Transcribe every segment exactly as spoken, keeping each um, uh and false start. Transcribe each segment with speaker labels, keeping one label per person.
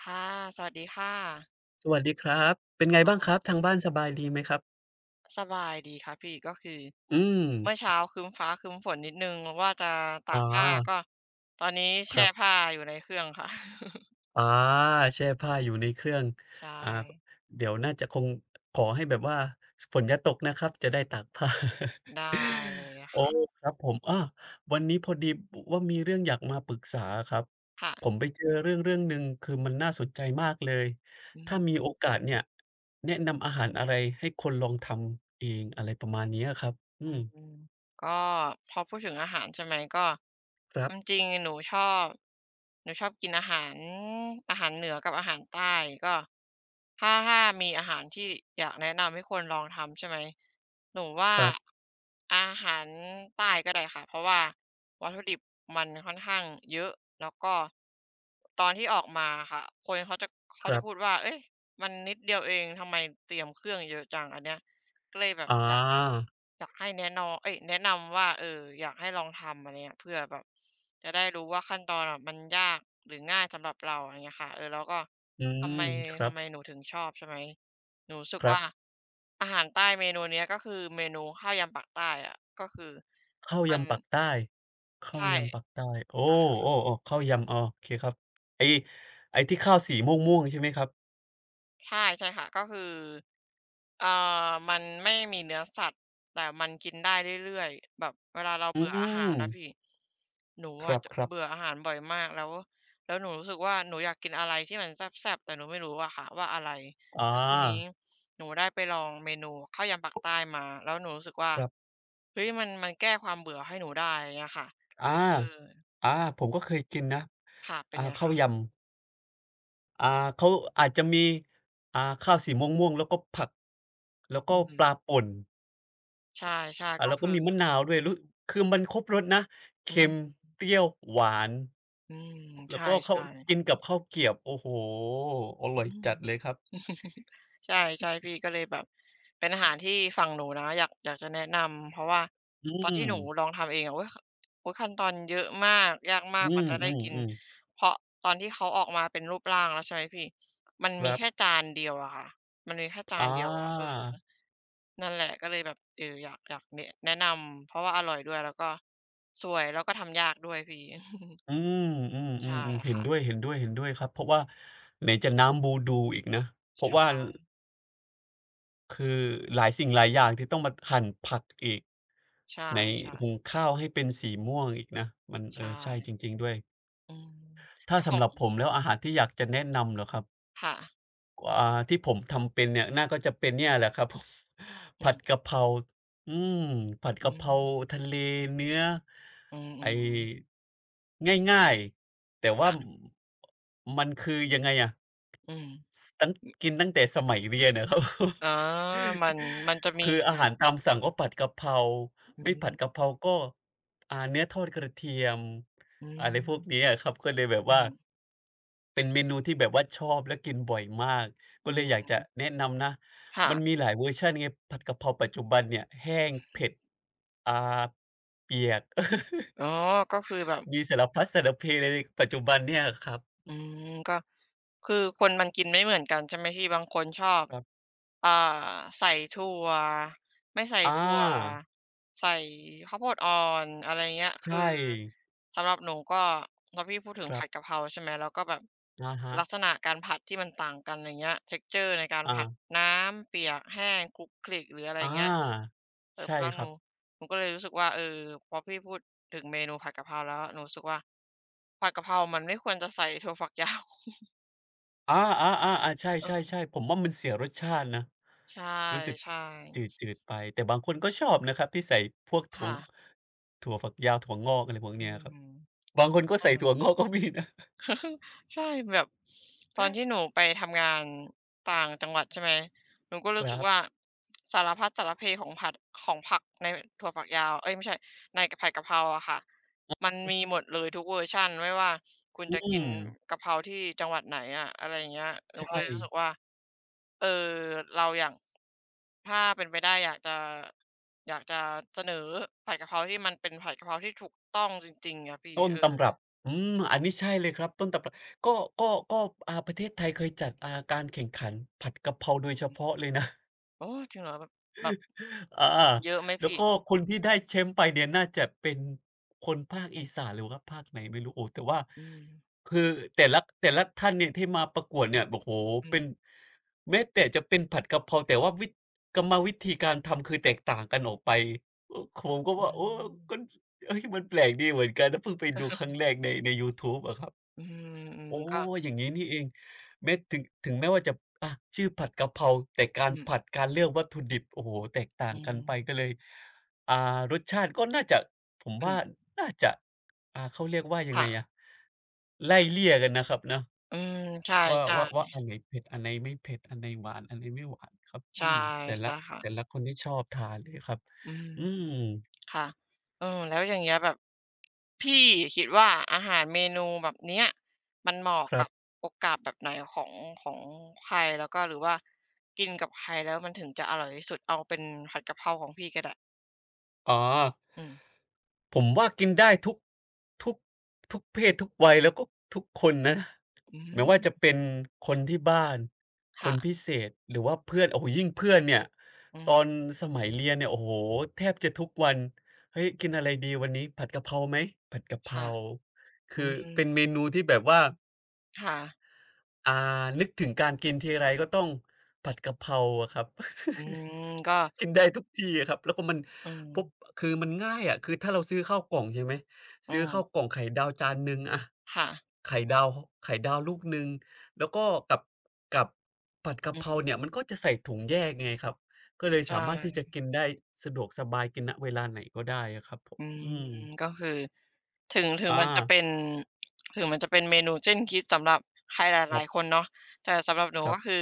Speaker 1: ค่ะสวัสดีค่ะ
Speaker 2: สวัสดีครับเป็นไงบ้างครับทางบ้านสบายดีไหมครับ
Speaker 1: สบายดีครับพี่ก็คือ
Speaker 2: อืม
Speaker 1: เมื่อเช้าครึ้มฟ้าครึ้มฝนนิดหนึ่งว่าจะ
Speaker 2: อ๋
Speaker 1: ตา
Speaker 2: อ
Speaker 1: กผ้าก็ตอนนี้
Speaker 2: ค
Speaker 1: แช่
Speaker 2: รับ
Speaker 1: ผ้าอยู่ในเครื่องค่ะ
Speaker 2: อาแช่ผ้าอยู่ในเครื่อง
Speaker 1: ใช่
Speaker 2: อ่าเดี๋ยวน่าจะคงขอให้แบบว่าฝนอย่าตกนะครับจะได้ตากผ้า
Speaker 1: ได้เลย อะ
Speaker 2: โอ้
Speaker 1: ค่ะ
Speaker 2: ครับผมอาวันนี้พอดีบว่ามีเรื่องอยากมาปรึกษาอะครับ
Speaker 1: ค่ะ
Speaker 2: ผมไปเจอเรื่องเรื่องหนึ่งคือมันน่าสนใจมากเลย
Speaker 1: อื
Speaker 2: ถ้ามี
Speaker 1: ม
Speaker 2: โอกาสเนี่ยแนะนำอาหารอะไรให้คนลองทำเองอะไรประมาณนี้อะครับอื
Speaker 1: อื
Speaker 2: ม
Speaker 1: มก็พอพูดถึงอาหารใช่ไหมก็
Speaker 2: ครั
Speaker 1: ความจ
Speaker 2: บ
Speaker 1: ริงๆหนูชอบหนูชอบกินอาหารอาหารเหนือกับอาหารใต้ก็ถ้าถ้ามีอาหารที่อยากแนะนำให้คนลองทำใช่ไหมหนูว่า
Speaker 2: ครับ
Speaker 1: อาหารใต้ก็ได้ค่ะเพราะว่าวัตถุดิบมันค่อนข้างเยอะแล้วก็ตอนที่ออกมาค่ะคนเขาจะเขา
Speaker 2: ค
Speaker 1: จะ
Speaker 2: รั
Speaker 1: พูด
Speaker 2: บ
Speaker 1: ว่าเอ้ยมันนิดเดียวเองทำไมเตรียมเครื่องเยอะจังอันเนี้ยก็เลยแบบ
Speaker 2: อ
Speaker 1: อยาก
Speaker 2: า
Speaker 1: อยากให้แนะนำเอ้ยแนะนำว่าเอออยากให้ลองทำอะไรเงี้ยเพื่อแบบจะได้รู้ว่าขั้นตอนอะมันยากหรือง่ายสำหรับเราอะไรเงี้ยค่ะเออแล้วก็
Speaker 2: อื
Speaker 1: ทำ
Speaker 2: ม
Speaker 1: ไม
Speaker 2: ครั
Speaker 1: ทำ
Speaker 2: บ
Speaker 1: ไมหนูถึงชอบใช่ไหมหนูรู้สึก
Speaker 2: ครับ
Speaker 1: ว่าอาหารใต้เมนูเนี้ยก็คือเมนูข้าวยำปากใต้อะก็คือ
Speaker 2: ข้าว
Speaker 1: มัน
Speaker 2: ยำปักใต้ข้าว
Speaker 1: ใช่
Speaker 2: ยำปักใต้โอ้โอ้โอ้ข้าวยำอ๋อโอเคครับไอ้ไอ้ที่ข้าวสีม่วงๆใช่ไหมครับ
Speaker 1: ใช่ใช่ค่ะก็คือเอ่อมันไม่มีเนื้อสัตว์แต่มันกินได้เรื่อยๆแบบเวลาเรา
Speaker 2: อื
Speaker 1: เบื่
Speaker 2: ม
Speaker 1: ออาหารนะพี่หนู
Speaker 2: ค
Speaker 1: อะจะ
Speaker 2: รับ
Speaker 1: เบื่อ
Speaker 2: ๆ
Speaker 1: อาหารบ่อยมากแล้วแล้วหนูรู้สึกว่าหนูอยากกินอะไรที่มันแซ่บๆแต่หนูไม่รู้อะค่ะว่าอะไร
Speaker 2: อา
Speaker 1: แล้วทีนี้หนูได้ไปลองเมนูข้าวยำปากใต้มาแล้วหนูรู้สึกว่า
Speaker 2: ครับ
Speaker 1: เฮ้ยมันมันแก้ความเบื่อให้หนูได้อย่างเงี้ยค่ะ
Speaker 2: อา
Speaker 1: เออ
Speaker 2: อาผมก็เคยกินนะ
Speaker 1: ค่ะเป็น
Speaker 2: อา
Speaker 1: ไง
Speaker 2: ข้าว
Speaker 1: คะ
Speaker 2: ยำอาเขาอาจจะมีอ่าข้าวสีม่วงๆแล้วก็ผักแล้ว
Speaker 1: อื
Speaker 2: ก็ปลา
Speaker 1: ม
Speaker 2: ป่น
Speaker 1: ใช่ๆ
Speaker 2: อ่า
Speaker 1: ก็
Speaker 2: แล้วก็
Speaker 1: คือ
Speaker 2: มีมะนาวด้วยรู้คือมันครบรสนะ
Speaker 1: อื
Speaker 2: เค็
Speaker 1: ม
Speaker 2: ม เปรี้ยว หวาน
Speaker 1: อืมใช
Speaker 2: แล้วก็ข้าว
Speaker 1: ่ๆ
Speaker 2: กินกับข้าวเกรี๊ยบโอ้โฮอร่อย
Speaker 1: อืม
Speaker 2: จัดเลยครับ
Speaker 1: ใช่ใช่พี่ก็เลยแบบเป็นอาหารที่ฝั่งหนูนะอยากอยากจะแนะนำเพราะว่า
Speaker 2: อื
Speaker 1: ตอนที่
Speaker 2: ม
Speaker 1: หนูลองทำเองอะโอ๊ยขโอ๊ยขั้นตอนเยอะมากยากมาก
Speaker 2: อื
Speaker 1: กว่าจะได้กิน
Speaker 2: มๆๆ
Speaker 1: เพราะตอนที่เขาออกมาเป็นรูปร่างแล้วใช่ไหมพี่มัน
Speaker 2: ค
Speaker 1: มี
Speaker 2: รับ
Speaker 1: แค่จานเดียวอะค่ะมันมีแค่จา
Speaker 2: อ
Speaker 1: นเดียวอะเออ
Speaker 2: า
Speaker 1: นั่นแหละก็เลยแบบเอออยากอยากแนะแนะนำเพราะว่าอร่อยด้วยแล้วก็สวยแล้วก็ทำยากด้วยพี่
Speaker 2: อืมอื
Speaker 1: ใช่
Speaker 2: มๆๆเห็น
Speaker 1: ค่ะ
Speaker 2: ด้วยๆๆครับเพราะว่าไหนจะน้ำบูดูอีกนะเพ
Speaker 1: ใช
Speaker 2: ราะว่า
Speaker 1: ่
Speaker 2: คือหลายสิ่งหลายอย่างที่ต้องมาหั่นผักอีก
Speaker 1: ใช่
Speaker 2: ไหนหุงข้าวให้เป็นสีม่วงอีกนะมัน
Speaker 1: ๆ
Speaker 2: เออ
Speaker 1: ใช่
Speaker 2: ใช่จริงๆด้วย
Speaker 1: อืม
Speaker 2: ถ้า
Speaker 1: แล้วขอ
Speaker 2: สำหรับ
Speaker 1: ง
Speaker 2: ผมแล้วอาหารที่อยากจะแนะนำเหรอครับ
Speaker 1: ค่ะ
Speaker 2: อ่าที่ผมทำเป็นเนี่ยน่าก็จะเป็นเนี่ยแหละครับผม
Speaker 1: อื
Speaker 2: ผัด
Speaker 1: ม
Speaker 2: กะเพราอืมผัด
Speaker 1: อื
Speaker 2: กะเพ
Speaker 1: ม
Speaker 2: ราทะเลเนื้อ
Speaker 1: อืมอื
Speaker 2: ไอ้
Speaker 1: ม
Speaker 2: ง่ายๆแต่
Speaker 1: ๆ
Speaker 2: ว่า
Speaker 1: ค่ะ
Speaker 2: มันคือยังไงอะ
Speaker 1: อืม
Speaker 2: สตั้งกินตั้งแต่สมัยเรียนอะครับ
Speaker 1: อ๋อมันมันจะมี
Speaker 2: คืออาหารตามสั่งก็ผัดกะเพรา
Speaker 1: อื
Speaker 2: ไม่ผัดกะ
Speaker 1: ม
Speaker 2: เพราก็อ่าเนื้อทอดกระเทียม
Speaker 1: อื
Speaker 2: อะไรพวก
Speaker 1: ม
Speaker 2: นี้อะครับก็เลยแบบ
Speaker 1: อื
Speaker 2: ว่า
Speaker 1: ม
Speaker 2: เป็นเมนูที่แบบว่าชอบและกินบ่อยมากก็
Speaker 1: อื
Speaker 2: เลยอ
Speaker 1: ม
Speaker 2: ยากจะแนะนำนะ
Speaker 1: ค่ะ
Speaker 2: มันมีหลายเวอร์ชันไงผัดกะเพราปัจจุบันเนี่ยแห้งเผ็ดอ่าเปียก
Speaker 1: อ๋อก็คือแบบ
Speaker 2: มีสารพัดสารเพเลยในปัจจุบันเนี่ยครับ
Speaker 1: อืมก็คือคนมันกินไม่เหมือนกันใช่ไหมพี่บางคนชอบ
Speaker 2: ครับ
Speaker 1: อ่าใส่ถั่วไม่ใส่
Speaker 2: อ
Speaker 1: ถั่ว
Speaker 2: า
Speaker 1: ใส่ข้าวโพดอ่อนอะไรเงี้ยคือ
Speaker 2: ใช่
Speaker 1: สำหรับหนูก็พอพี่พูดถึง
Speaker 2: ครั
Speaker 1: ผัด
Speaker 2: บ
Speaker 1: กะเพราใช่ไหมแล้วก็แบบ
Speaker 2: อะฮะ
Speaker 1: ลักษณะการผัดที่มันต่างกันอะไรเงี้ย texture ในการผัด
Speaker 2: อา
Speaker 1: น้ำเปียกแห้งคลุกคลิกหรืออะไร
Speaker 2: อ
Speaker 1: เงี้ย
Speaker 2: า
Speaker 1: เออ
Speaker 2: ใช่
Speaker 1: แล้ว
Speaker 2: ค
Speaker 1: ห
Speaker 2: รั
Speaker 1: นู
Speaker 2: บ
Speaker 1: ผมก็เลยรู้สึกว่าเออพอพี่พูดถึงเมนูผัดกะเพราแล้วหนูรู้สึกว่าผัดกะเพรามันไม่ควรจะใส่ถั่วฝักยาว
Speaker 2: อาๆๆๆใ
Speaker 1: เออ
Speaker 2: ช่ๆๆผมว่ามันเสียรสชาตินะ
Speaker 1: ใช่
Speaker 2: รู้สึก
Speaker 1: ใช่
Speaker 2: จืดๆไป แต่บางคนก็ชอบนะครับที่ใส่พวกถั่ว
Speaker 1: ค่ะ
Speaker 2: ถั่วฝักยาวถั่วงอกอะไรพวก
Speaker 1: อื
Speaker 2: เนี้ยครั
Speaker 1: ม
Speaker 2: บบางคนก็
Speaker 1: อา
Speaker 2: ใส่ถั่วงอกก็มีนะ
Speaker 1: ใช่แบบตอนที่หนูไปทำงานต่างจังหวัดใช่ไหมหนูก็รู้
Speaker 2: ค
Speaker 1: สึ
Speaker 2: รั
Speaker 1: กว่า
Speaker 2: บ
Speaker 1: สารพัดสารเพของผัดของผักในถั่วฝักยาวเอ๊ยไม่ใช่ในผัดกะเพราอะค่ะมันมีหมดเลยทุกเวอร์ชันไม่ว่าคุณ
Speaker 2: อื
Speaker 1: จะกิ
Speaker 2: ม
Speaker 1: นกะเพราที่จังหวัดไหนอะอะไรอย่างเงี้ยหนู
Speaker 2: ใช่
Speaker 1: ก็เลยรู้สึกว่า เออเราอยากถ้าเป็นไปได้อยากจะอยากจะเสนอผัดกะเพราที่มันเป็นผัดกะเพราที่ถูกต้องจริงๆอะพี่
Speaker 2: ต้น
Speaker 1: เออ
Speaker 2: ตำรับอืมอันนี้ใช่เลยครับต้นตำรับก็ก็ก็อ่าประเทศไทยเคยจัดอ่าการแข่งขันผัดกะเพราโดยเฉ
Speaker 1: อือ
Speaker 2: พาะเลยนะ
Speaker 1: โอ้จริงเหรอแบบแบบ
Speaker 2: อา
Speaker 1: เยอะไหม
Speaker 2: แล้ว
Speaker 1: พี่
Speaker 2: ก็คนที่ได้แชมป์ไปเนี่ยน่าจะเป็นคนภาคอีสานหรือว่าภาคไหนไม่รู้โอ้แต่ว่า
Speaker 1: อืม
Speaker 2: คือแต่ละแต่ละท่านเนี่ยที่มาประกวดเนี่ยโอ้โฮ
Speaker 1: อืม
Speaker 2: เป็นแม้แต่จะเป็นผัดกะเพราแต่ว่าวิกรรมวิธีการทำคือแตกต่างกันออกไปเออผมก็
Speaker 1: อื
Speaker 2: ว่าโอ้ก็
Speaker 1: ม
Speaker 2: เฮ้ยมันแปลกดีเหมือนกันนะเพิ่งไปดูครั้งแรกในในยูทูบอะครับ
Speaker 1: อืมอืม
Speaker 2: โอ้
Speaker 1: ก็
Speaker 2: อย่างงี้นี่เองแม้ถึงถึงแม้ว่าจะอะชื่อผัดกะเพราแต่กา
Speaker 1: อื
Speaker 2: รผั
Speaker 1: ม
Speaker 2: ดการเลือกวัตถุดิบโอ้โฮแตกต่าง
Speaker 1: อื
Speaker 2: กัน
Speaker 1: ม
Speaker 2: ไปก็เลยอ่ารสชาติก็น่าจะผม
Speaker 1: อื
Speaker 2: ว่า
Speaker 1: ม
Speaker 2: น่าจะอ่าเขาเรียกว่ายัง
Speaker 1: ค่ะ
Speaker 2: ไงอะไล่เลี่ยกันนะครับเนาะ
Speaker 1: อืมใช่
Speaker 2: ว่าว่าว่าอันไหนเผ็ดอันไหนไม่เผ็ดอันไหนหวานอันไหนไม่หวานครับ
Speaker 1: ๆ
Speaker 2: อื
Speaker 1: ใช่
Speaker 2: มแต่
Speaker 1: ใช่
Speaker 2: ละแต่
Speaker 1: ค่ะ
Speaker 2: ละคนที่ชอบทานเลยครับ
Speaker 1: อื
Speaker 2: อื
Speaker 1: ม
Speaker 2: ม
Speaker 1: ค่ะเออแล้วอย่างเงี้ยแบบพี่คิดว่าอาหารเมนูแบบเนี้ยมันเหมาะ
Speaker 2: ครั
Speaker 1: กับ
Speaker 2: บ
Speaker 1: โอกาสแบบไหนของของใครแล้วก็หรือว่ากินกับใครแล้วมันถึงจะอร่อยที่สุดเอาเป็นผัดกะเพราของพี่ก็ได้
Speaker 2: อ๋อ
Speaker 1: อืม
Speaker 2: ผมว่ากินได้ทุกทุกทุกเพศทุกวัยแล้วก็ทุกคนนะ
Speaker 1: อื
Speaker 2: ไม่ว่าจะ
Speaker 1: ม
Speaker 2: เป็นคนที่บ้านค
Speaker 1: ค่ะ
Speaker 2: นพิเศษหรือว่าเพื่อนโอ้โฮยิ่งเพื่อนเนี่ย
Speaker 1: อืม
Speaker 2: ตอนสมัยเรียนเนี่ยโอ้โฮแทบจะทุกวันเฮ้ยกินอะไรดีวันนี้ผัดกะเพราไหมผัดกะเพรา
Speaker 1: ค่ะอื
Speaker 2: คือ
Speaker 1: ม
Speaker 2: เป็นเมนูที่แบบว่า
Speaker 1: ค่ะ
Speaker 2: อ่านึกถึงการกินทีไรก็ต้องผัดกะเพราอะครับ
Speaker 1: อืมก็
Speaker 2: กินได้ทุกที่อะครับแล้วก็มัน
Speaker 1: อืม
Speaker 2: พบคือมันง่ายอะคือถ้าเราซื้อข้าวกล่องใช่ไหม
Speaker 1: อื
Speaker 2: ซื้อ
Speaker 1: ม
Speaker 2: ข้าวกล่องไข่ดาวจานหนึ่งอะ
Speaker 1: ค่ะ
Speaker 2: ไข่ดาวไข่ดาวลูกหนึ่งแล้วก็กับกับผัดกะ
Speaker 1: อื
Speaker 2: เพรา
Speaker 1: ม
Speaker 2: เนี่ยมันก็จะใส่ถุงแยกไงครับก็เลย
Speaker 1: ใ
Speaker 2: สามารถที่
Speaker 1: ช่
Speaker 2: จะกินได้สะดวกสบายกินณเวลาไหนก็ได้อะครับผม
Speaker 1: อืม
Speaker 2: อืม
Speaker 1: ก็คือถึงถึง
Speaker 2: อา
Speaker 1: มันจะเป็นถึงมันจะเป็นเมนูเส้นคิดสำหรับใครหล
Speaker 2: ค
Speaker 1: า
Speaker 2: รั
Speaker 1: ยๆคน
Speaker 2: บ
Speaker 1: เนาะแต่สำหรับหนู
Speaker 2: ครับ
Speaker 1: ก็คือ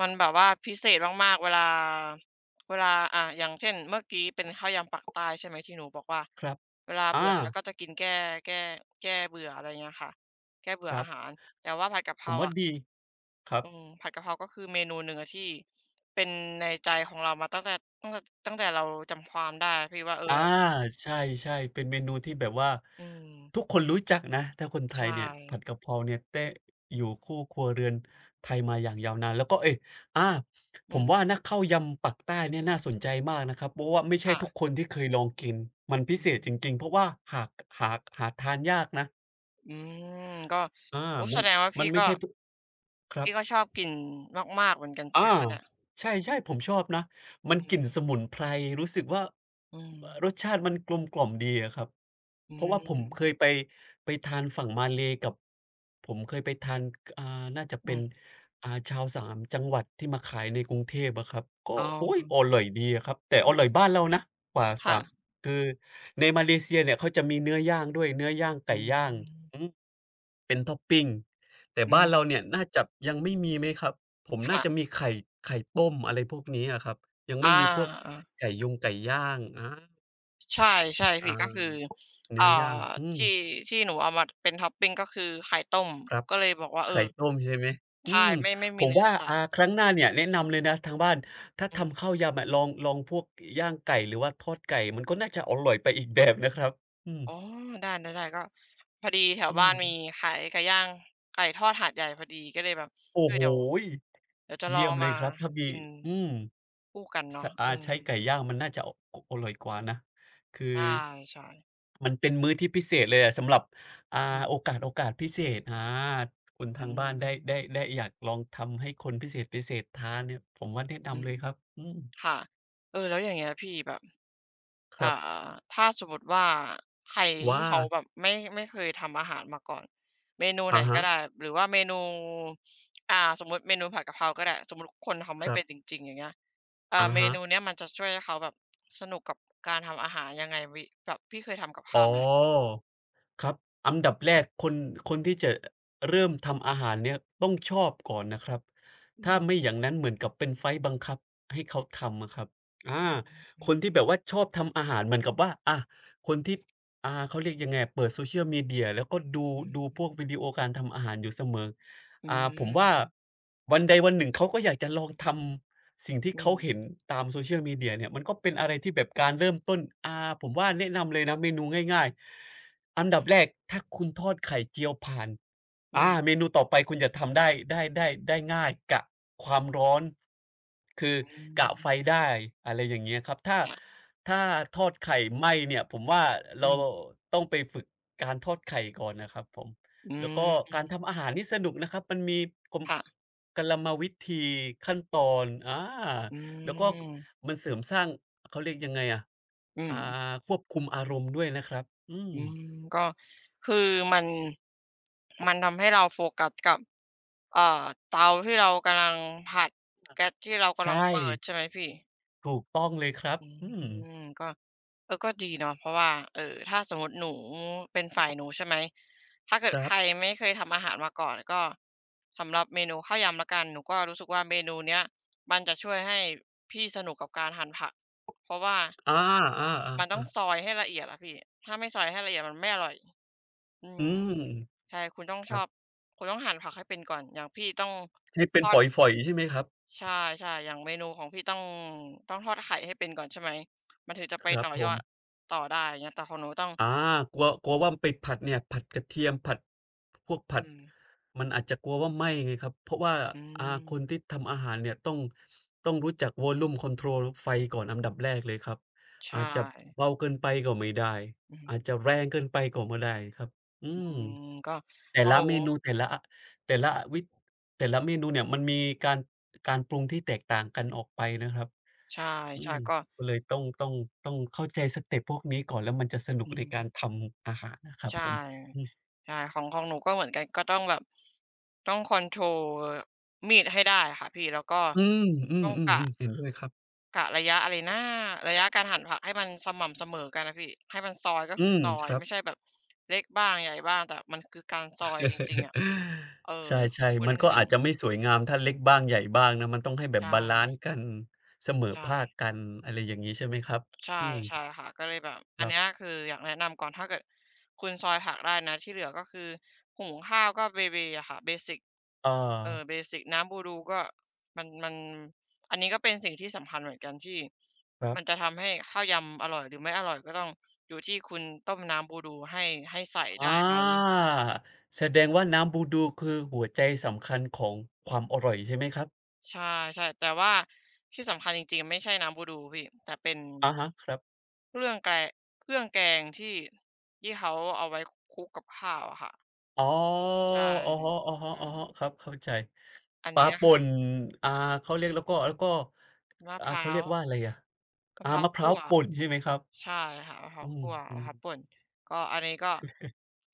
Speaker 1: มันแบบว่าพิเศษมากๆเวลาเวลาอ่าอย่างเช่นเมื่อกี้เป็นข้าวยำปักใต้ใช่ไหมที่หนูบอกว่า
Speaker 2: ครับ
Speaker 1: เวลา
Speaker 2: อา
Speaker 1: เบื่อแล้วก็จะกินแก้แก้แก้เบื่ออะไรเงี้ยค่ะแก้เบื่
Speaker 2: ค
Speaker 1: อ
Speaker 2: รั
Speaker 1: อา
Speaker 2: บ
Speaker 1: หารแต่ว่าผัดกะเพ
Speaker 2: ผ
Speaker 1: รา
Speaker 2: มว่า
Speaker 1: อะ
Speaker 2: ดีครับ
Speaker 1: อืมผัดกะเพราก็คือเมนูหนึ่งอะที่เป็นในใจของเรามาตั้งแต่ตั้งแต่ตั้งแต่เราจำความได้พี่ว่าเออ
Speaker 2: อา
Speaker 1: เรา
Speaker 2: ใช่ๆเป็นเมนูที่แบบว่า
Speaker 1: อืม
Speaker 2: ทุกคนรู้จักนะถ้าคนไทย
Speaker 1: ใช่
Speaker 2: เนี่ยผัดกะเพราเนี่ยเต๊ะอยู่คู่ครัวเรือนไทยมาอย่างยาวนานแล้วก็เอ๊ยอาผ
Speaker 1: อื
Speaker 2: ม
Speaker 1: ม
Speaker 2: ว่านะข้าวยำปักใต้เนี่ยน่าสนใจมากนะครับเพราะว่าไม่ใช่
Speaker 1: ค่ะ
Speaker 2: ทุกคนที่เคยลองกินมันพิ
Speaker 1: อือ
Speaker 2: เศ
Speaker 1: ฮึ
Speaker 2: ษจริงๆเพราะว่าหากหากหาทานยากนะ
Speaker 1: อืมก็
Speaker 2: อา
Speaker 1: โอ้
Speaker 2: มั
Speaker 1: แส
Speaker 2: น
Speaker 1: ดงว่า
Speaker 2: มั
Speaker 1: พี่
Speaker 2: นไม่
Speaker 1: ก็
Speaker 2: ใช่ทุกครับ
Speaker 1: พี่ก็ชอบกินมากๆเหมือนกันใช่
Speaker 2: อา
Speaker 1: ไหมคะเนี่ย
Speaker 2: ใช่ๆผมชอบนะ
Speaker 1: อื
Speaker 2: มันกลิ่นส
Speaker 1: ม
Speaker 2: มุนไพรรู้สึกว่า
Speaker 1: อืม
Speaker 2: เอ่อรสชาติมันกลมกล่อมดีอะครับ
Speaker 1: อื
Speaker 2: เพราะว่าผมเค
Speaker 1: ม
Speaker 2: ยไปไปทานฝั่งมาเลย์กับผมเคยไปทานอ่าน่าจะ
Speaker 1: อื
Speaker 2: เป็น
Speaker 1: ม
Speaker 2: อ่าชาวสามจังหวัดที่มาขายในกรุงเทพอะครับก็
Speaker 1: อ๋
Speaker 2: โอ๊ยอ
Speaker 1: อ
Speaker 2: ร่อยดีอะครับแต่อร่อยบ้านเรานะกว่าสา
Speaker 1: ค่ะ
Speaker 2: มคือในมาเลเซียเนี่ยเขาจะมีเนื้อย่างด้วยเนื้อย่าง
Speaker 1: อื
Speaker 2: ไก่ย่างอื
Speaker 1: ม
Speaker 2: มเป็นท็อปปิงแต่
Speaker 1: อื
Speaker 2: บ้าน
Speaker 1: ม
Speaker 2: เราเนี่ยน่าจะยังไม่มีไหมครับ ผมน่าจะ
Speaker 1: ค่ะ
Speaker 2: มีไข่ไข่ต้มอะไรพวกนี้อะครับยังไม่
Speaker 1: อา
Speaker 2: มีพวก
Speaker 1: อา
Speaker 2: ไก่ยงไก่ย่างอา
Speaker 1: ใช่ ใช่ พี่
Speaker 2: อา
Speaker 1: ก็คืออ่า
Speaker 2: เนื้อย่างอืม
Speaker 1: ที่ที่หนูเอามาเป็นท็อปปิงก็คือไข่ต้ม
Speaker 2: ครับ
Speaker 1: ก็เลยบอกว่า เออ
Speaker 2: ไข่ต้มใช่ไหมอื
Speaker 1: ใช่
Speaker 2: ม
Speaker 1: ไม่ไม่
Speaker 2: ผ
Speaker 1: มี
Speaker 2: ม
Speaker 1: เนื้อ
Speaker 2: ว่า
Speaker 1: สัต
Speaker 2: อ่า
Speaker 1: ว์
Speaker 2: ครั้งหน้าเนี่ยแนะนำเลยนะทางบ้านถ้า
Speaker 1: อื
Speaker 2: ทำ
Speaker 1: ม
Speaker 2: ข้าวยำอะลองลองพวกย่างไก่หรือว่าทอดไก่มันก็น่าจะอร่อยไปอีกแบบนะครับอืม
Speaker 1: อ๋อได้ๆๆก็พอดีแถว
Speaker 2: อื
Speaker 1: บ้า
Speaker 2: ม
Speaker 1: นมีขายไก่ย่างไก่ทอดหาดใหญ่พอดีก็เลยแบบ
Speaker 2: โอ้
Speaker 1: เออ
Speaker 2: โฮ
Speaker 1: เดี๋ยวเดี๋ยวจะลอ
Speaker 2: เยี่
Speaker 1: ง
Speaker 2: ยม
Speaker 1: เอา
Speaker 2: เล
Speaker 1: มา
Speaker 2: ยครับถ้ามี
Speaker 1: กิน
Speaker 2: อืม
Speaker 1: คู่กัน
Speaker 2: ส
Speaker 1: เนาะ
Speaker 2: อา
Speaker 1: อืม
Speaker 2: ใช้ไก่ย่างมันน่าจะออร่อยกว่านะคือ
Speaker 1: ใช่ๆ
Speaker 2: มันเป็นมื้อที่พิเศษเลยอะสำหรับอ่า
Speaker 1: อื
Speaker 2: โอ
Speaker 1: ม
Speaker 2: กาสโอกาสพิเศษอาคุณ
Speaker 1: อื
Speaker 2: ทางบ้านได้ได้
Speaker 1: ม
Speaker 2: ได้อยากลองทำให้คนพิเศษพิเศษทานเนี่ยผมว่าแนะ
Speaker 1: อื
Speaker 2: นำ
Speaker 1: ม
Speaker 2: เลยครับอืม
Speaker 1: ค่ะเออแล้วอย่างเงี้ยพี่แบบ
Speaker 2: ค
Speaker 1: อ่า
Speaker 2: รับ
Speaker 1: ถ้าสมมุติว่าใครที่
Speaker 2: ว่า
Speaker 1: เขาแบบไม่ไม่เคยทำอาหารมาก่อนเมนูไหน
Speaker 2: อะ
Speaker 1: ก็
Speaker 2: ฮะ
Speaker 1: ได้หรือว่าเมนูอ่าสมมุติเมนูผัดกะเพราก็ได้สมมุติคนทำ
Speaker 2: ค
Speaker 1: ไม่
Speaker 2: รั
Speaker 1: เป็
Speaker 2: บ
Speaker 1: นจริงๆอย่างเงี้ย เอ่อ
Speaker 2: อะ
Speaker 1: เม
Speaker 2: ฮะ
Speaker 1: นูเนี้ยมันจะช่วยให้เขาแบบสนุกกับการทำอาหารยังไงวิแบบพี่เคยทำกับข้า
Speaker 2: อ๋อ
Speaker 1: วไหม
Speaker 2: ครับอันดับแรกคนคนที่จะเริ่มทำอาหารเนี่ยต้องชอบก่อนนะครับ
Speaker 1: อื
Speaker 2: ถ้า
Speaker 1: ม
Speaker 2: ไม่อย่างนั้นเหมือนกับเป็นไฟต์บังคับให้เขาทำอะครับ
Speaker 1: อื
Speaker 2: อาคน
Speaker 1: ม
Speaker 2: ที่แบบว่าชอบทำอาหารเหมือนกับว่าอาคนที่อ่าเขาเรียกยังไงอะเปิด Social Media แล้วก็ดู
Speaker 1: อื
Speaker 2: ดู
Speaker 1: ม
Speaker 2: พวกวิดีโอการทำอาหารอยู่เสมอ
Speaker 1: อื
Speaker 2: อ่าผม
Speaker 1: ม
Speaker 2: ว่าวันใดวันหนึ่งเขาก็อยากจะลองทำสิ่งที่
Speaker 1: อื
Speaker 2: เขา
Speaker 1: ม
Speaker 2: เห็นตาม Social Media เนี่ยมันก็เป็นอะไรที่แบบการเริ่มต้นอ่าผมว่าแนะนำเลยนะเมนูง่ายๆ อันดับแรกถ้าคุณทอดไข่เจียวผ่าน
Speaker 1: อื
Speaker 2: อาเม
Speaker 1: ม
Speaker 2: นูต่อไปคุณจะทำได้ได้ได้ได้ง่ายกะความร้อนคือกะไฟได้อะไรอย่างเงี้ยครับถ้าถ้าทอดไข่ไหม้เนี่ยผมว่าเรา
Speaker 1: อืม
Speaker 2: ต้องไปฝึกการทอดไข่ก่อนนะครับผมแล้วก็
Speaker 1: อ
Speaker 2: การทำอาหารนี่สนุกนะครับมันมีกลม
Speaker 1: ค่ะ
Speaker 2: กลมวิธีขั้นตอนอา
Speaker 1: อื
Speaker 2: แล้วก็
Speaker 1: ม
Speaker 2: มันเสริมสร้างเขาเรียกยังไงอะ
Speaker 1: อื
Speaker 2: อ่า
Speaker 1: มค่ะอืมอืม
Speaker 2: ควบคุมอารมณ์ด้วยนะครับอืม
Speaker 1: อืมก็คือมันมันทำให้เราโฟกัสกับเอ่อเตาที่เรากำลังผัดแก๊สที่เรากำลัง
Speaker 2: ใช่
Speaker 1: เปิดใช่ไหมพี่
Speaker 2: ถูกต้องเลยครับ
Speaker 1: อื
Speaker 2: อืม
Speaker 1: มก็เออก็ดีเนาะเพราะว่าเอ่อถ้าสมมุติหนูเป็นฝ่ายหนูใช่ไหมถ้าเกิด
Speaker 2: ครั
Speaker 1: ใคร
Speaker 2: บ
Speaker 1: ไม่เคยทำอาหารมาก่อนก็สำหรับเมนูข้าวยำแล้วกันหนูก็รู้สึกว่าเมนูเนี้ยมันจะช่วยให้พี่สนุกกับการหั่นผักเพราะว่า
Speaker 2: อาๆ
Speaker 1: มันต้อง
Speaker 2: ๆ
Speaker 1: ซ
Speaker 2: ๆ
Speaker 1: อยให้ละเอียดอะพี่ถ้าไม่ซอยให้ละเอียดมันไม่อร่อยอื
Speaker 2: อื
Speaker 1: ม
Speaker 2: ม
Speaker 1: ใช่คุณต้อง
Speaker 2: ค
Speaker 1: ช
Speaker 2: รับ
Speaker 1: อบคุณต้องหั่นผักให้เป็นก่อนอย่างพี่ต้อง
Speaker 2: ให้เป็นฝอยๆใช่ไหมครับ
Speaker 1: ใช่ใช่อย่างเมนูของพี่ต้องต้องทอดไข่ให้เป็นก่อนใช่ไหมมันถึงจะไป
Speaker 2: ครับ
Speaker 1: ต่อ
Speaker 2: ผ
Speaker 1: ยอ
Speaker 2: ม
Speaker 1: ดต่อได้อย่างเงี้ยแต่ของหนูต้อง
Speaker 2: อากลัวกลัวว่าไปผัดเนี่ยผัดกระเทียมผัดพวกผั
Speaker 1: อื
Speaker 2: ด
Speaker 1: ม
Speaker 2: มันอาจจะกลัวว่าไหม้ไงครับเพราะว่า
Speaker 1: อื
Speaker 2: อ่า
Speaker 1: ม
Speaker 2: คนที่ทำอาหารเนี่ยต้องต้องรู้จัก วอลลุ่ม คอนโทรล ไฟก่อนอันดับแรกเลยครับอาจ
Speaker 1: ใช่
Speaker 2: จะเบาเกินไปก็ไม่ได้
Speaker 1: อื
Speaker 2: อาจ
Speaker 1: อ
Speaker 2: จะแรงเกินไปก็ไม่ได้ครับอื
Speaker 1: อื
Speaker 2: ม
Speaker 1: มก็ข
Speaker 2: แต่
Speaker 1: อง
Speaker 2: ละ
Speaker 1: ห
Speaker 2: เม
Speaker 1: นู
Speaker 2: นูแต่ละอแต่ละวิแต่ละเมนูเนี่ยมันมีการการปรุงที่แตกต่างกันออกไปนะครับ
Speaker 1: ใช
Speaker 2: อื
Speaker 1: ่
Speaker 2: ม
Speaker 1: ๆก็
Speaker 2: ก็เลยต้องต้องต้องเข้าใจสเต็ปพวกนี้ก่อนแล้วมันจะสนุก
Speaker 1: อื
Speaker 2: ในการ
Speaker 1: ม
Speaker 2: ทำอาหารนะครับ
Speaker 1: ใช
Speaker 2: ผม
Speaker 1: ่
Speaker 2: อื
Speaker 1: ใช่ของของหนูก็เหมือนกันก็ต้องแบบต้องคอนโทรลมีดให้ได้ค่ะพี่แล้วก็
Speaker 2: มอืมอื
Speaker 1: ต้องกะ
Speaker 2: มๆๆเห็นด้วยครับ
Speaker 1: กะระยะอะไรนะระยะการหั่นผักให้มันสม่ำเสมอกันอะพี่ให้มันซอยก็
Speaker 2: อื
Speaker 1: คือ
Speaker 2: ม
Speaker 1: ซอ
Speaker 2: ค
Speaker 1: ย
Speaker 2: รับ
Speaker 1: ไม่ใช่แบบเล็กบ้างใหญ่บ้างแต่มันคือการซอยจริงๆ อะเออ
Speaker 2: ใช่
Speaker 1: คุ
Speaker 2: ๆ
Speaker 1: ณ
Speaker 2: มันก็
Speaker 1: ถึง
Speaker 2: อาจจะไม่สวยงามถ้าเล็กบ้างใหญ่บ้างนะมันต้องให้แบบบาลั
Speaker 1: ใช่
Speaker 2: นซ์กันเสมอ
Speaker 1: ใช่
Speaker 2: ภาคกันอะไรอย่างงี้ใช่ไหมครับ
Speaker 1: ใช่
Speaker 2: อืม
Speaker 1: ใช่ค่ะก็เลยแบบอั
Speaker 2: ค
Speaker 1: น
Speaker 2: รั
Speaker 1: เนี้ย
Speaker 2: บ
Speaker 1: คืออยากแนะนำก่อนถ้าเกิดคุณซอยผักได้นะที่เหลือก็คือหุงข้าวก็เบเบอะค่ะเบสิก
Speaker 2: อา
Speaker 1: เออเบสิกน้ำบูดูก็มันมันอันนี้ก็เป็นสิ่งที่สำคัญเหมือนกันที่
Speaker 2: ครั
Speaker 1: มันจะ
Speaker 2: บ
Speaker 1: ทำให้ข้าวยำอร่อยหรือไม่อร่อยก็ต้องอยู่ที่คุณต้มน้ำบูดูให้ให้ใส่ได้
Speaker 2: อา
Speaker 1: ไหม
Speaker 2: แสดงว่าน้ำบูดูคือหัวใจสำคัญของความอร่อยใช่ไหมครับ
Speaker 1: ใช่ใช่แต่ว่าที่สำคัญจริงๆไม่ใช่น้ำบูดูพี่แต่เป็น
Speaker 2: อะฮะครับ
Speaker 1: เครื่องแกงเครื่องแกงที่ที่เขาเอาไว้คลุกกับข้าวอะค่ะ
Speaker 2: อ๋อ
Speaker 1: ใช่
Speaker 2: อะฮ
Speaker 1: อืม
Speaker 2: ะๆๆๆครับเข้าใจ
Speaker 1: อัน
Speaker 2: ปลา
Speaker 1: เนี้ย
Speaker 2: ป่
Speaker 1: ค่ะ
Speaker 2: นอ่าเขาเรียกแล้วก็แล้วก็
Speaker 1: มะพ
Speaker 2: อ่า
Speaker 1: ร้า
Speaker 2: เขาเรี
Speaker 1: ว
Speaker 2: ยกว่าอะไรอะ
Speaker 1: มะ
Speaker 2: อ่า
Speaker 1: พร้าว
Speaker 2: มะพร้า
Speaker 1: คั่
Speaker 2: ว
Speaker 1: ว
Speaker 2: ป่นใช่ไหมครับ
Speaker 1: ใช่ค่ะมะพร้า
Speaker 2: อื
Speaker 1: ว
Speaker 2: ม
Speaker 1: คั่ว
Speaker 2: อื
Speaker 1: มะ
Speaker 2: ม
Speaker 1: พร้าวป่นก็อันนี้ก็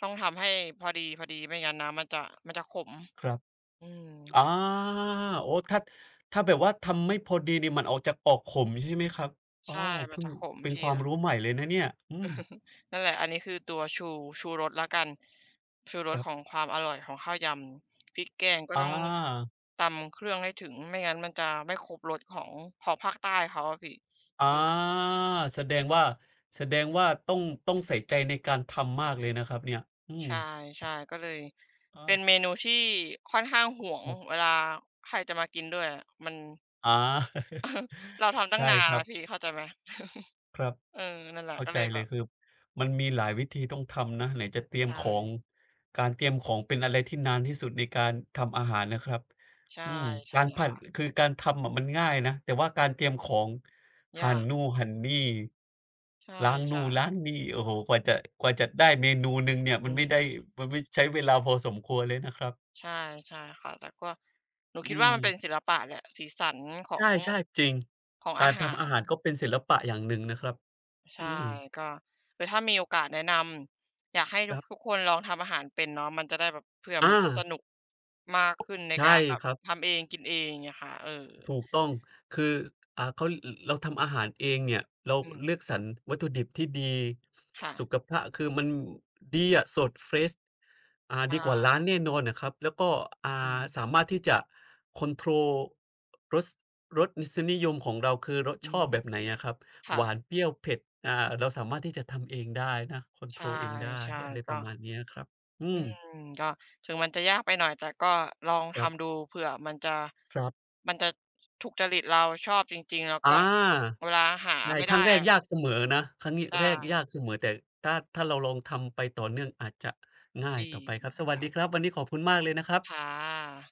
Speaker 1: ต้องทำให้พอดีๆไม่งั้นนำมันจะมันจะขม
Speaker 2: ครับ
Speaker 1: อืม
Speaker 2: อาโอ้ถ้าถ้าแบบว่าทำไม่พอดีนี่มันออกจะออกขมใช่ไหมครับอ้อ
Speaker 1: ใช่มัน
Speaker 2: เพิ่ง
Speaker 1: จะขม
Speaker 2: เป็น
Speaker 1: ที
Speaker 2: ความ
Speaker 1: ละ
Speaker 2: รู้ใหม่เลยนะเนี่ยอืม
Speaker 1: นั่นแหละอันนี้คือตัวชูชูรสแล้วกันชูร
Speaker 2: ค
Speaker 1: ส
Speaker 2: รั
Speaker 1: ของ
Speaker 2: บ
Speaker 1: ความอร่อยของข้าวยำพริกแกงก็ต้อง
Speaker 2: อา
Speaker 1: ตำเครื่องให้ถึงไม่งั้นมันจะไม่ครบรสของของภาคใต้เขาอะพี่อื
Speaker 2: อา
Speaker 1: ม
Speaker 2: แสดงว่าแสดงว่าต้องต้องใส่ใจในการทำมากเลยนะครับเนี่ยอืม
Speaker 1: ใช่ๆก็เลยเป็น
Speaker 2: อา
Speaker 1: เมนูที่ค่อนข้างหวง
Speaker 2: ครั
Speaker 1: เว
Speaker 2: บ
Speaker 1: ลาใครจะมากินด้วยอะมัน
Speaker 2: อา
Speaker 1: เราทำ ตั้ง
Speaker 2: ใช่
Speaker 1: นา
Speaker 2: ค
Speaker 1: น
Speaker 2: รับ
Speaker 1: อะพี่เข้าใจไหม
Speaker 2: ครับ
Speaker 1: เออนั่นแหละ
Speaker 2: เข้า
Speaker 1: ก็
Speaker 2: ใจ
Speaker 1: เลย
Speaker 2: เล
Speaker 1: แบ
Speaker 2: ย
Speaker 1: บ
Speaker 2: คือมันมีหลายวิธีต้องทำนะไหนจะเตรียมข
Speaker 1: ใช่
Speaker 2: องการเตรียมของเป็นอะไรที่นานที่สุดในการทำอาหารนะครับ
Speaker 1: ใช่
Speaker 2: อืม
Speaker 1: ใช่
Speaker 2: การผัด
Speaker 1: ค่ะ
Speaker 2: คือการทำอะมันง่ายนะแต่ว่าการเตรียมของหั่
Speaker 1: ยา
Speaker 2: น
Speaker 1: ก
Speaker 2: นู่นหั่นนี่
Speaker 1: ใช
Speaker 2: ล้าง
Speaker 1: ่
Speaker 2: นู่น
Speaker 1: ๆ
Speaker 2: ล้างนี่โอ้โหกว่าจะกว่าจะได้เมนูหนึ่งเนี่ย
Speaker 1: อื
Speaker 2: มันไม่ได้
Speaker 1: ม
Speaker 2: มันไม่ใช้เวลาพอสมควรเลยนะครับ
Speaker 1: ใช่ใช่ค่ะแต่ก็หนูคิด
Speaker 2: อื
Speaker 1: ว่า
Speaker 2: ม
Speaker 1: มันเป็นศิลปะแหละสีสันขอ
Speaker 2: ใช
Speaker 1: ง
Speaker 2: ่ๆจริง
Speaker 1: ของ
Speaker 2: กา
Speaker 1: อา
Speaker 2: ร
Speaker 1: หา
Speaker 2: ทำ
Speaker 1: ร
Speaker 2: อาหารก็เป็นศิลปะอย่างหนึ่งนะครับ
Speaker 1: ใช่
Speaker 2: อืม
Speaker 1: ก็คือถ้ามีโอกาสแนะนำอยากให้
Speaker 2: ค
Speaker 1: ทุก
Speaker 2: รับ
Speaker 1: ทุกคนลองทำอาหารเป็นเนาะมันจะได้แบบเผื่อมัน
Speaker 2: อา
Speaker 1: จะสนุกมากขึ้นใน
Speaker 2: ใช่
Speaker 1: การแบบ
Speaker 2: ครับ
Speaker 1: ทำเองกินเองอย่างเงี้ยค่ะเออ
Speaker 2: ถูกต้องคืออ่าเขารเราทำอาหารเองเนี่ยเรา
Speaker 1: อื
Speaker 2: เลือก
Speaker 1: ม
Speaker 2: สรรวัตถุดิบที่ดี
Speaker 1: ค่ะ
Speaker 2: สุขภาพคือมันดีอะสดเฟรชอ่าดีกว่า
Speaker 1: ใช่
Speaker 2: ร้านแน่นอนอะครับแล้วก็อ่
Speaker 1: อื
Speaker 2: า
Speaker 1: ม
Speaker 2: สามารถที่จะคอนโทรลรสรสรสนิยมของเราคือเรา
Speaker 1: อื
Speaker 2: ชอบ
Speaker 1: ม
Speaker 2: แบบไหนอะครับหวาน
Speaker 1: ค่ะ
Speaker 2: เปรี้ยวเผ็ดอ่าเราสามารถที่จะทำเองได้นะคอนโทรล
Speaker 1: ใช่
Speaker 2: เองได้
Speaker 1: ใช่
Speaker 2: อะไรป
Speaker 1: ก็
Speaker 2: ระมาณเนี้ยครับอื
Speaker 1: อื
Speaker 2: ม
Speaker 1: มก็ถึงมันจะยากไปหน่อยแต่ก็ลอง
Speaker 2: ครับ
Speaker 1: ทำดูเผื่อมันจะ
Speaker 2: ครับ
Speaker 1: มันจะถูกจริตเราชอบจริงๆแล้ว
Speaker 2: อา
Speaker 1: ก็เวลาหา
Speaker 2: ใช่
Speaker 1: ไม่
Speaker 2: ค
Speaker 1: ได้
Speaker 2: รั้งแรก
Speaker 1: อะ
Speaker 2: ยากเสมอนะครั้งนี้
Speaker 1: ใช่
Speaker 2: แรกยากเสมอแต่ถ้าถ้าเราลองทำไปต่อเนื่องอาจจะง่าย
Speaker 1: ดี
Speaker 2: ต่อไปครับสวัสดีครั
Speaker 1: ค่ะ
Speaker 2: บวันนี้ขอบคุณมากเลยนะครั
Speaker 1: ค่
Speaker 2: บ
Speaker 1: ะ